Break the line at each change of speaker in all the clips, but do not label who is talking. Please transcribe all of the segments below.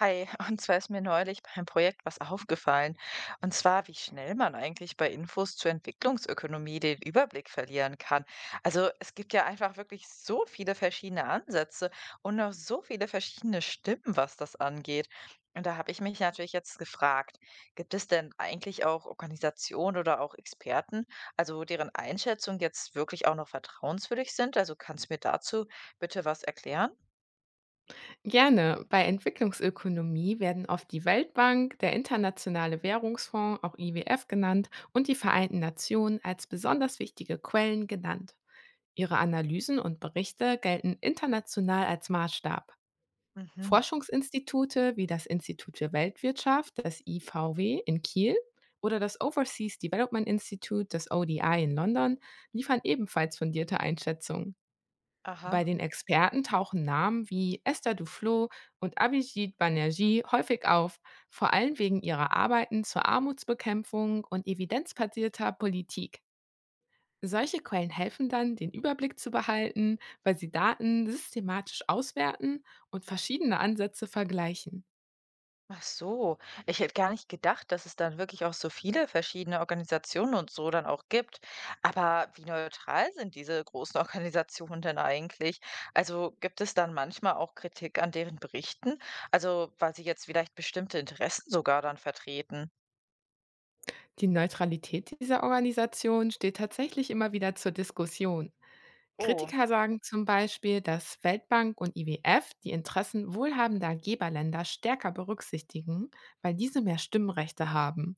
Hi, und zwar ist mir neulich beim Projekt was aufgefallen. Und zwar, wie schnell man eigentlich bei Infos zur Entwicklungsökonomie den Überblick verlieren kann. Also es gibt ja einfach wirklich so viele verschiedene Ansätze und auch so viele verschiedene Stimmen, was das angeht. Und da habe ich mich natürlich jetzt gefragt, gibt es denn eigentlich auch Organisationen oder auch Experten, also deren Einschätzung jetzt wirklich auch noch vertrauenswürdig sind? Also kannst du mir dazu bitte was erklären?
Gerne. Bei Entwicklungsökonomie werden oft die Weltbank, der Internationale Währungsfonds, auch IWF genannt, und die Vereinten Nationen als besonders wichtige Quellen genannt. Ihre Analysen und Berichte gelten international als Maßstab.
Mhm.
Forschungsinstitute wie das Institut für Weltwirtschaft, das IVW in Kiel, oder das Overseas Development Institute, das ODI in London, liefern ebenfalls fundierte Einschätzungen. Bei
Aha.
den Experten tauchen Namen wie Esther Duflo und Abhijit Banerjee häufig auf, vor allem wegen ihrer Arbeiten zur Armutsbekämpfung und evidenzbasierter Politik. Solche Quellen helfen dann, den Überblick zu behalten, weil sie Daten systematisch auswerten und verschiedene Ansätze vergleichen.
Ach so, ich hätte gar nicht gedacht, dass es dann wirklich auch so viele verschiedene Organisationen und so dann auch gibt. Aber wie neutral sind diese großen Organisationen denn eigentlich? Also gibt es dann manchmal auch Kritik an deren Berichten? Also weil sie jetzt vielleicht bestimmte Interessen sogar dann vertreten.
Die Neutralität dieser Organisation steht tatsächlich immer wieder zur Diskussion.
Oh,
Kritiker sagen zum Beispiel, dass Weltbank und IWF die Interessen wohlhabender Geberländer stärker berücksichtigen, weil diese mehr Stimmrechte haben.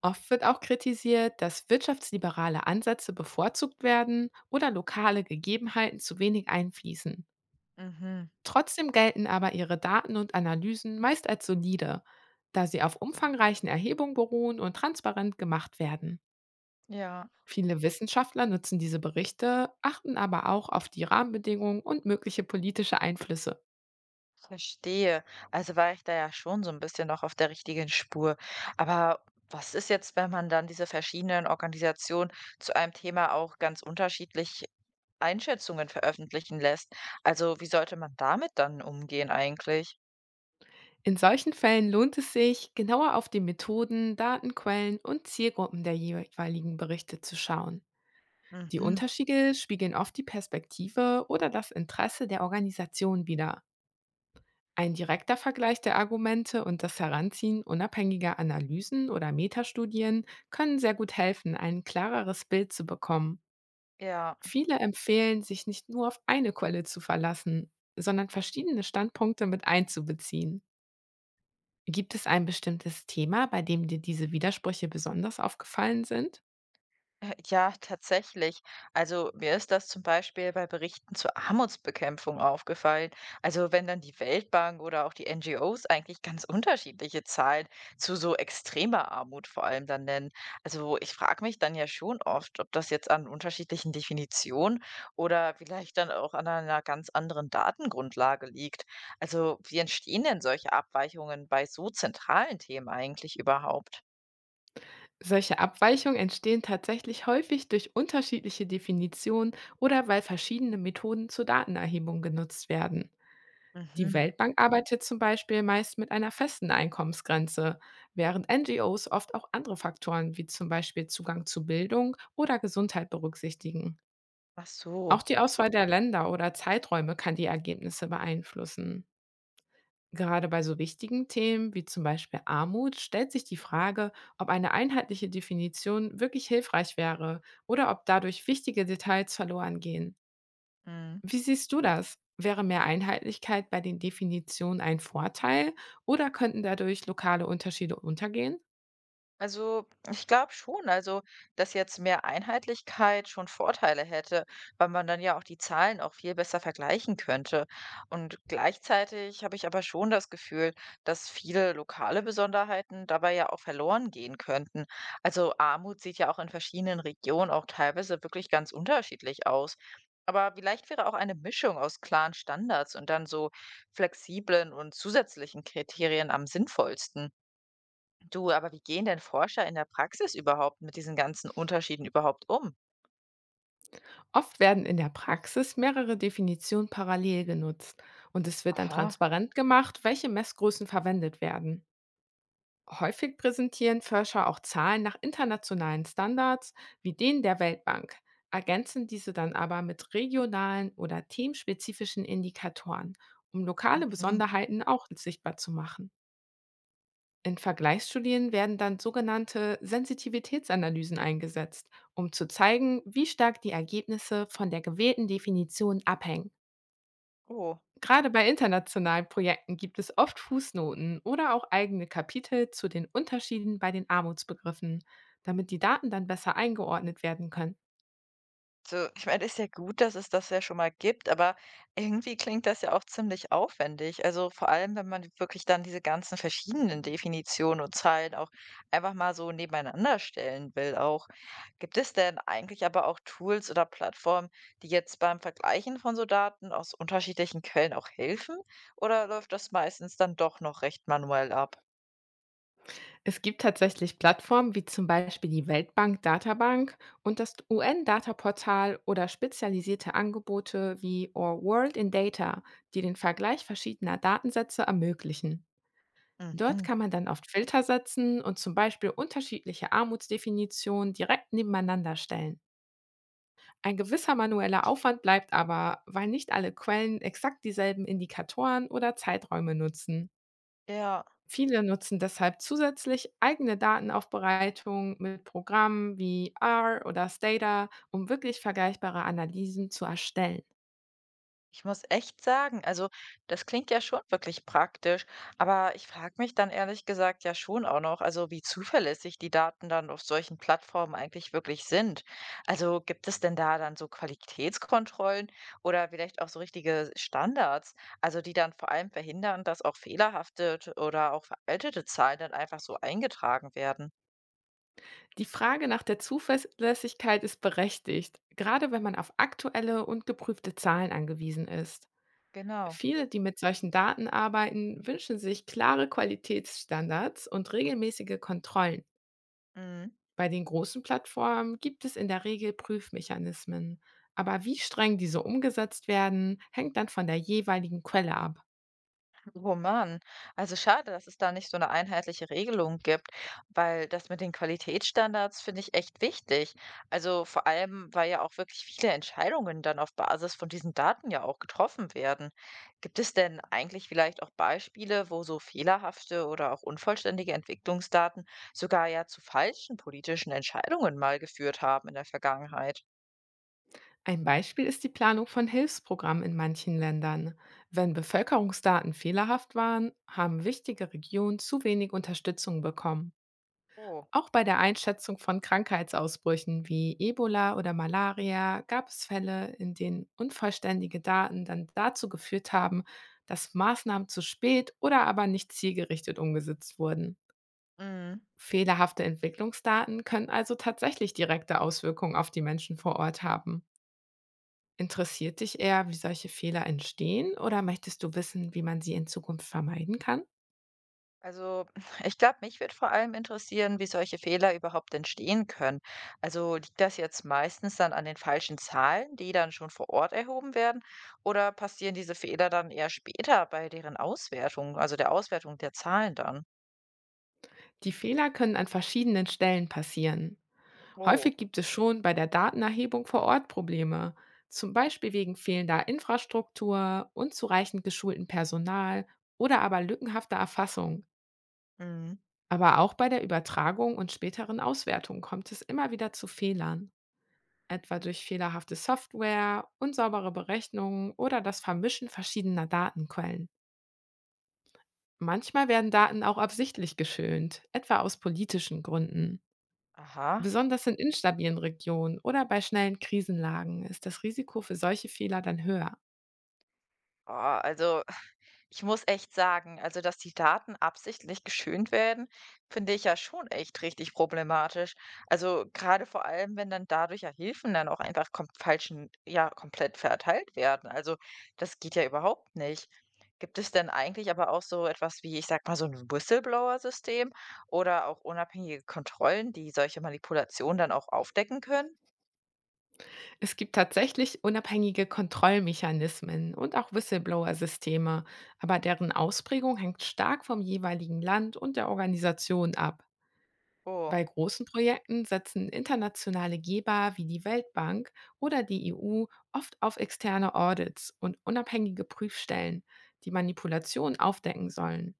Oft wird auch kritisiert, dass wirtschaftsliberale Ansätze bevorzugt werden oder lokale Gegebenheiten zu wenig einfließen.
mhm,
Trotzdem gelten aber ihre Daten und Analysen meist als solide, da sie auf umfangreichen Erhebungen beruhen und transparent gemacht werden.
ja.
Viele Wissenschaftler nutzen diese Berichte, achten aber auch auf die Rahmenbedingungen und mögliche politische Einflüsse.
Verstehe. Also war ich da ja schon so ein bisschen noch auf der richtigen Spur. Aber was ist jetzt, wenn man dann diese verschiedenen Organisationen zu einem Thema auch ganz unterschiedlich Einschätzungen veröffentlichen lässt? Also, wie sollte man damit dann umgehen eigentlich?
In solchen Fällen lohnt es sich, genauer auf die Methoden, Datenquellen und Zielgruppen der jeweiligen Berichte zu schauen. Die
Mhm.
Unterschiede spiegeln oft die Perspektive oder das Interesse der Organisation wider. Ein direkter Vergleich der Argumente und das Heranziehen unabhängiger Analysen oder Metastudien können sehr gut helfen, ein klareres Bild zu bekommen.
Ja.
Viele empfehlen, sich nicht nur auf eine Quelle zu verlassen, sondern verschiedene Standpunkte mit einzubeziehen. Gibt es ein bestimmtes Thema, bei dem dir diese Widersprüche besonders aufgefallen sind?
Ja, tatsächlich. Also mir ist das zum Beispiel bei Berichten zur Armutsbekämpfung aufgefallen. Also wenn dann die Weltbank oder auch die NGOs eigentlich ganz unterschiedliche Zahlen zu so extremer Armut vor allem dann nennen. Also ich frage mich dann ja schon oft, ob das jetzt an unterschiedlichen Definitionen oder vielleicht dann auch an einer ganz anderen Datengrundlage liegt. Also wie entstehen denn solche Abweichungen bei so zentralen Themen eigentlich überhaupt?
Solche Abweichungen entstehen tatsächlich häufig durch unterschiedliche Definitionen oder weil verschiedene Methoden zur Datenerhebung genutzt werden. Die
Mhm.
Weltbank arbeitet zum Beispiel meist mit einer festen Einkommensgrenze, während NGOs oft auch andere Faktoren wie zum Beispiel Zugang zu Bildung oder Gesundheit berücksichtigen.
Ach so.
Auch die Auswahl der Länder oder Zeiträume kann die Ergebnisse beeinflussen. Gerade bei so wichtigen Themen wie zum Beispiel Armut stellt sich die Frage, ob eine einheitliche Definition wirklich hilfreich wäre oder ob dadurch wichtige Details verloren gehen.
Mhm.
Wie siehst du das? Wäre mehr Einheitlichkeit bei den Definitionen ein Vorteil oder könnten dadurch lokale Unterschiede untergehen?
Also, ich glaube schon, also, dass jetzt mehr Einheitlichkeit schon Vorteile hätte, weil man dann ja auch die Zahlen auch viel besser vergleichen könnte. Und gleichzeitig habe ich aber schon das Gefühl, dass viele lokale Besonderheiten dabei ja auch verloren gehen könnten. Also, Armut sieht ja auch in verschiedenen Regionen auch teilweise wirklich ganz unterschiedlich aus. Aber vielleicht wäre auch eine Mischung aus klaren Standards und dann so flexiblen und zusätzlichen Kriterien am sinnvollsten. Du, aber wie gehen denn Forscher in der Praxis überhaupt mit diesen ganzen Unterschieden überhaupt um?
Oft werden in der Praxis mehrere Definitionen parallel genutzt und es wird dann
Aha.
transparent gemacht, welche Messgrößen verwendet werden. Häufig präsentieren Forscher auch Zahlen nach internationalen Standards wie denen der Weltbank, ergänzen diese dann aber mit regionalen oder themenspezifischen Indikatoren, um lokale
Mhm.
Besonderheiten auch sichtbar zu machen. In Vergleichsstudien werden dann sogenannte Sensitivitätsanalysen eingesetzt, um zu zeigen, wie stark die Ergebnisse von der gewählten Definition abhängen.
Oh,
Gerade bei internationalen Projekten gibt es oft Fußnoten oder auch eigene Kapitel zu den Unterschieden bei den Armutsbegriffen, damit die Daten dann besser eingeordnet werden können.
so, ich meine, ist ja gut, dass es das ja schon mal gibt, aber irgendwie klingt das ja auch ziemlich aufwendig. Also vor allem, wenn man wirklich dann diese ganzen verschiedenen Definitionen und Zahlen auch einfach mal so nebeneinander stellen will, auch. Gibt es denn eigentlich aber auch Tools oder Plattformen, die jetzt beim Vergleichen von so Daten aus unterschiedlichen Quellen auch helfen? Oder läuft das meistens dann doch noch recht manuell ab?
Es gibt tatsächlich Plattformen wie zum Beispiel die Weltbank Databank und das UN-Dataportal oder spezialisierte Angebote wie Our World in Data, die den Vergleich verschiedener Datensätze ermöglichen. Dort
Mhm.
kann man dann oft Filter setzen und zum Beispiel unterschiedliche Armutsdefinitionen direkt nebeneinander stellen. Ein gewisser manueller Aufwand bleibt aber, weil nicht alle Quellen exakt dieselben Indikatoren oder Zeiträume nutzen.
Ja,
Viele nutzen deshalb zusätzlich eigene Datenaufbereitung mit Programmen wie R oder Stata, um wirklich vergleichbare Analysen zu erstellen.
ich muss echt sagen, also das klingt ja schon wirklich praktisch, aber ich frage mich dann ehrlich gesagt ja schon auch noch, also wie zuverlässig die Daten dann auf solchen Plattformen eigentlich wirklich sind. Also gibt es denn da dann so Qualitätskontrollen oder vielleicht auch so richtige Standards, also die dann vor allem verhindern, dass auch fehlerhafte oder auch veraltete Zahlen dann einfach so eingetragen werden?
Die Frage nach der Zuverlässigkeit ist berechtigt, gerade wenn man auf aktuelle und geprüfte Zahlen angewiesen ist.
Genau.
Viele, die mit solchen Daten arbeiten, wünschen sich klare Qualitätsstandards und regelmäßige Kontrollen.
Mhm.
Bei den großen Plattformen gibt es in der Regel Prüfmechanismen, aber wie streng diese umgesetzt werden, hängt dann von der jeweiligen Quelle ab.
Roman. Also schade, dass es da nicht so eine einheitliche Regelung gibt, weil das mit den Qualitätsstandards finde ich echt wichtig. Also vor allem, weil ja auch wirklich viele Entscheidungen dann auf Basis von diesen Daten ja auch getroffen werden. Gibt es denn eigentlich vielleicht auch Beispiele, wo so fehlerhafte oder auch unvollständige Entwicklungsdaten sogar ja zu falschen politischen Entscheidungen mal geführt haben in der Vergangenheit?
Ein Beispiel ist die Planung von Hilfsprogrammen in manchen Ländern. Wenn Bevölkerungsdaten fehlerhaft waren, haben wichtige Regionen zu wenig Unterstützung bekommen.
Oh.
Auch bei der Einschätzung von Krankheitsausbrüchen wie Ebola oder Malaria gab es Fälle, in denen unvollständige Daten dann dazu geführt haben, dass Maßnahmen zu spät oder aber nicht zielgerichtet umgesetzt wurden.
Mhm.
Fehlerhafte Entwicklungsdaten können also tatsächlich direkte Auswirkungen auf die Menschen vor Ort haben. Interessiert dich eher, wie solche Fehler entstehen oder möchtest du wissen, wie man sie in Zukunft vermeiden kann?
Also, ich glaube, mich würde vor allem interessieren, wie solche Fehler überhaupt entstehen können. Also liegt das jetzt meistens dann an den falschen Zahlen, die dann schon vor Ort erhoben werden, oder passieren diese Fehler dann eher später bei deren Auswertung, also der Auswertung der Zahlen dann?
Die Fehler können an verschiedenen Stellen passieren.
Oh.
Häufig gibt es schon bei der Datenerhebung vor Ort Probleme, zum Beispiel wegen fehlender Infrastruktur, unzureichend geschultem Personal oder aber lückenhafter Erfassung.
Mhm.
Aber auch bei der Übertragung und späteren Auswertung kommt es immer wieder zu Fehlern, etwa durch fehlerhafte Software, unsaubere Berechnungen oder das Vermischen verschiedener Datenquellen. Manchmal werden Daten auch absichtlich geschönt, etwa aus politischen Gründen.
Aha.
Besonders in instabilen Regionen oder bei schnellen Krisenlagen ist das Risiko für solche Fehler dann höher.
Ah, also ich muss echt sagen, also dass die Daten absichtlich geschönt werden, finde ich ja schon echt richtig problematisch. Also gerade vor allem, wenn dann dadurch ja Hilfen dann auch einfach kom falschen, ja, komplett verteilt werden. Also das geht ja überhaupt nicht. Gibt es denn eigentlich aber auch so etwas wie, ich sag mal, so ein Whistleblower-System oder auch unabhängige Kontrollen, die solche Manipulationen dann auch aufdecken können?
Es gibt tatsächlich unabhängige Kontrollmechanismen und auch Whistleblower-Systeme, aber deren Ausprägung hängt stark vom jeweiligen Land und der Organisation ab.
Oh,
Bei großen Projekten setzen internationale Geber wie die Weltbank oder die EU oft auf externe Audits und unabhängige Prüfstellen, die Manipulation aufdecken sollen.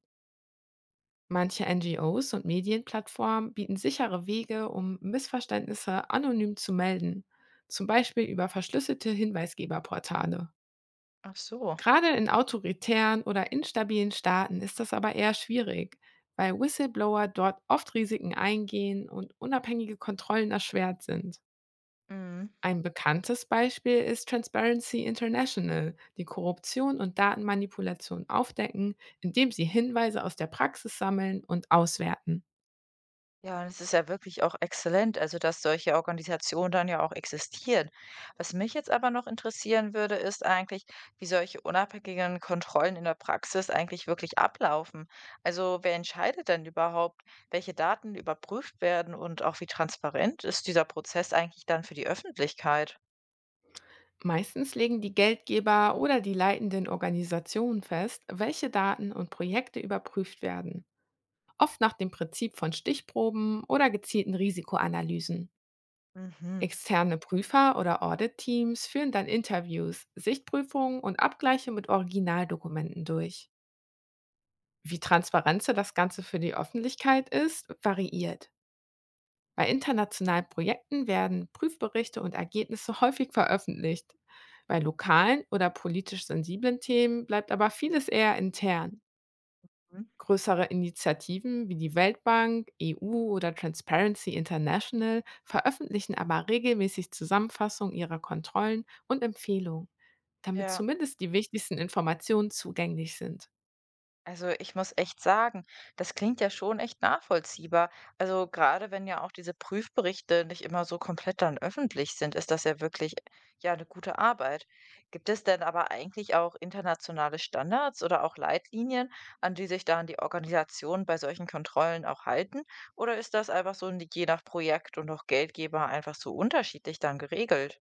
Manche NGOs und Medienplattformen bieten sichere Wege, um Missverständnisse anonym zu melden, zum Beispiel über verschlüsselte Hinweisgeberportale.
ach so.
Gerade in autoritären oder instabilen Staaten ist das aber eher schwierig, weil Whistleblower dort oft Risiken eingehen und unabhängige Kontrollen erschwert sind.
Mhm.
Ein bekanntes Beispiel ist Transparency International, die Korruption und Datenmanipulation aufdecken, indem sie Hinweise aus der Praxis sammeln und auswerten.
Ja, und es ist ja wirklich auch exzellent, also dass solche Organisationen dann ja auch existieren. Was mich jetzt aber noch interessieren würde, ist eigentlich, wie solche unabhängigen Kontrollen in der Praxis eigentlich wirklich ablaufen. Also wer entscheidet denn überhaupt, welche Daten überprüft werden und auch wie transparent ist dieser Prozess eigentlich dann für die Öffentlichkeit?
Meistens legen die Geldgeber oder die leitenden Organisationen fest, welche Daten und Projekte überprüft werden. Oft nach dem Prinzip von Stichproben oder gezielten Risikoanalysen.
Mhm.
Externe Prüfer oder Audit-Teams führen dann Interviews, Sichtprüfungen und Abgleiche mit Originaldokumenten durch. Wie transparent das Ganze für die Öffentlichkeit ist, variiert. Bei internationalen Projekten werden Prüfberichte und Ergebnisse häufig veröffentlicht. Bei lokalen oder politisch sensiblen Themen bleibt aber vieles eher intern.
Mhm.
Größere Initiativen wie die Weltbank, EU oder Transparency International veröffentlichen aber regelmäßig Zusammenfassungen ihrer Kontrollen und Empfehlungen, damit
Ja.
zumindest die wichtigsten Informationen zugänglich sind.
Also ich muss echt sagen, das klingt ja schon echt nachvollziehbar. Also gerade wenn ja auch diese Prüfberichte nicht immer so komplett dann öffentlich sind, ist das ja wirklich ja eine gute Arbeit. Gibt es denn aber eigentlich auch internationale Standards oder auch Leitlinien, an die sich dann die Organisationen bei solchen Kontrollen auch halten? Oder ist das einfach so je nach Projekt und auch Geldgeber einfach so unterschiedlich dann geregelt?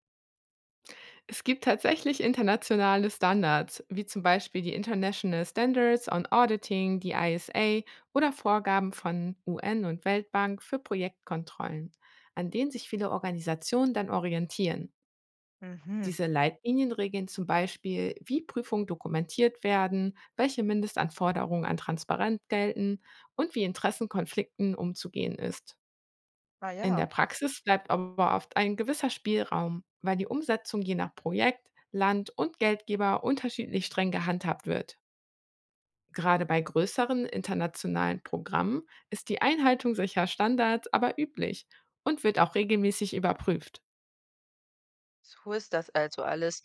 Es gibt tatsächlich internationale Standards, wie zum Beispiel die International Standards on Auditing, die ISA oder Vorgaben von UN und Weltbank für Projektkontrollen, an denen sich viele Organisationen dann orientieren.
Mhm.
Diese Leitlinien regeln zum Beispiel, wie Prüfungen dokumentiert werden, welche Mindestanforderungen an Transparenz gelten und wie Interessenkonflikten umzugehen ist.
Ah
In
ja,
der Praxis bleibt aber oft ein gewisser Spielraum, weil die Umsetzung je nach Projekt, Land und Geldgeber unterschiedlich streng gehandhabt wird. Gerade bei größeren internationalen Programmen ist die Einhaltung solcher Standards aber üblich und wird auch regelmäßig überprüft.
so ist das also alles.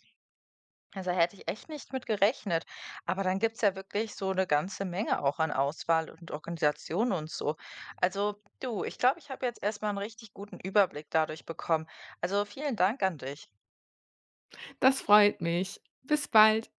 Also hätte ich echt nicht mit gerechnet. Aber dann gibt's ja wirklich so eine ganze Menge auch an Auswahl und Organisation und so. Also du, ich glaube, ich habe jetzt erst mal 'n richtig guten Überblick dadurch bekommen. Also vielen Dank an dich.
Das freut mich. Bis bald.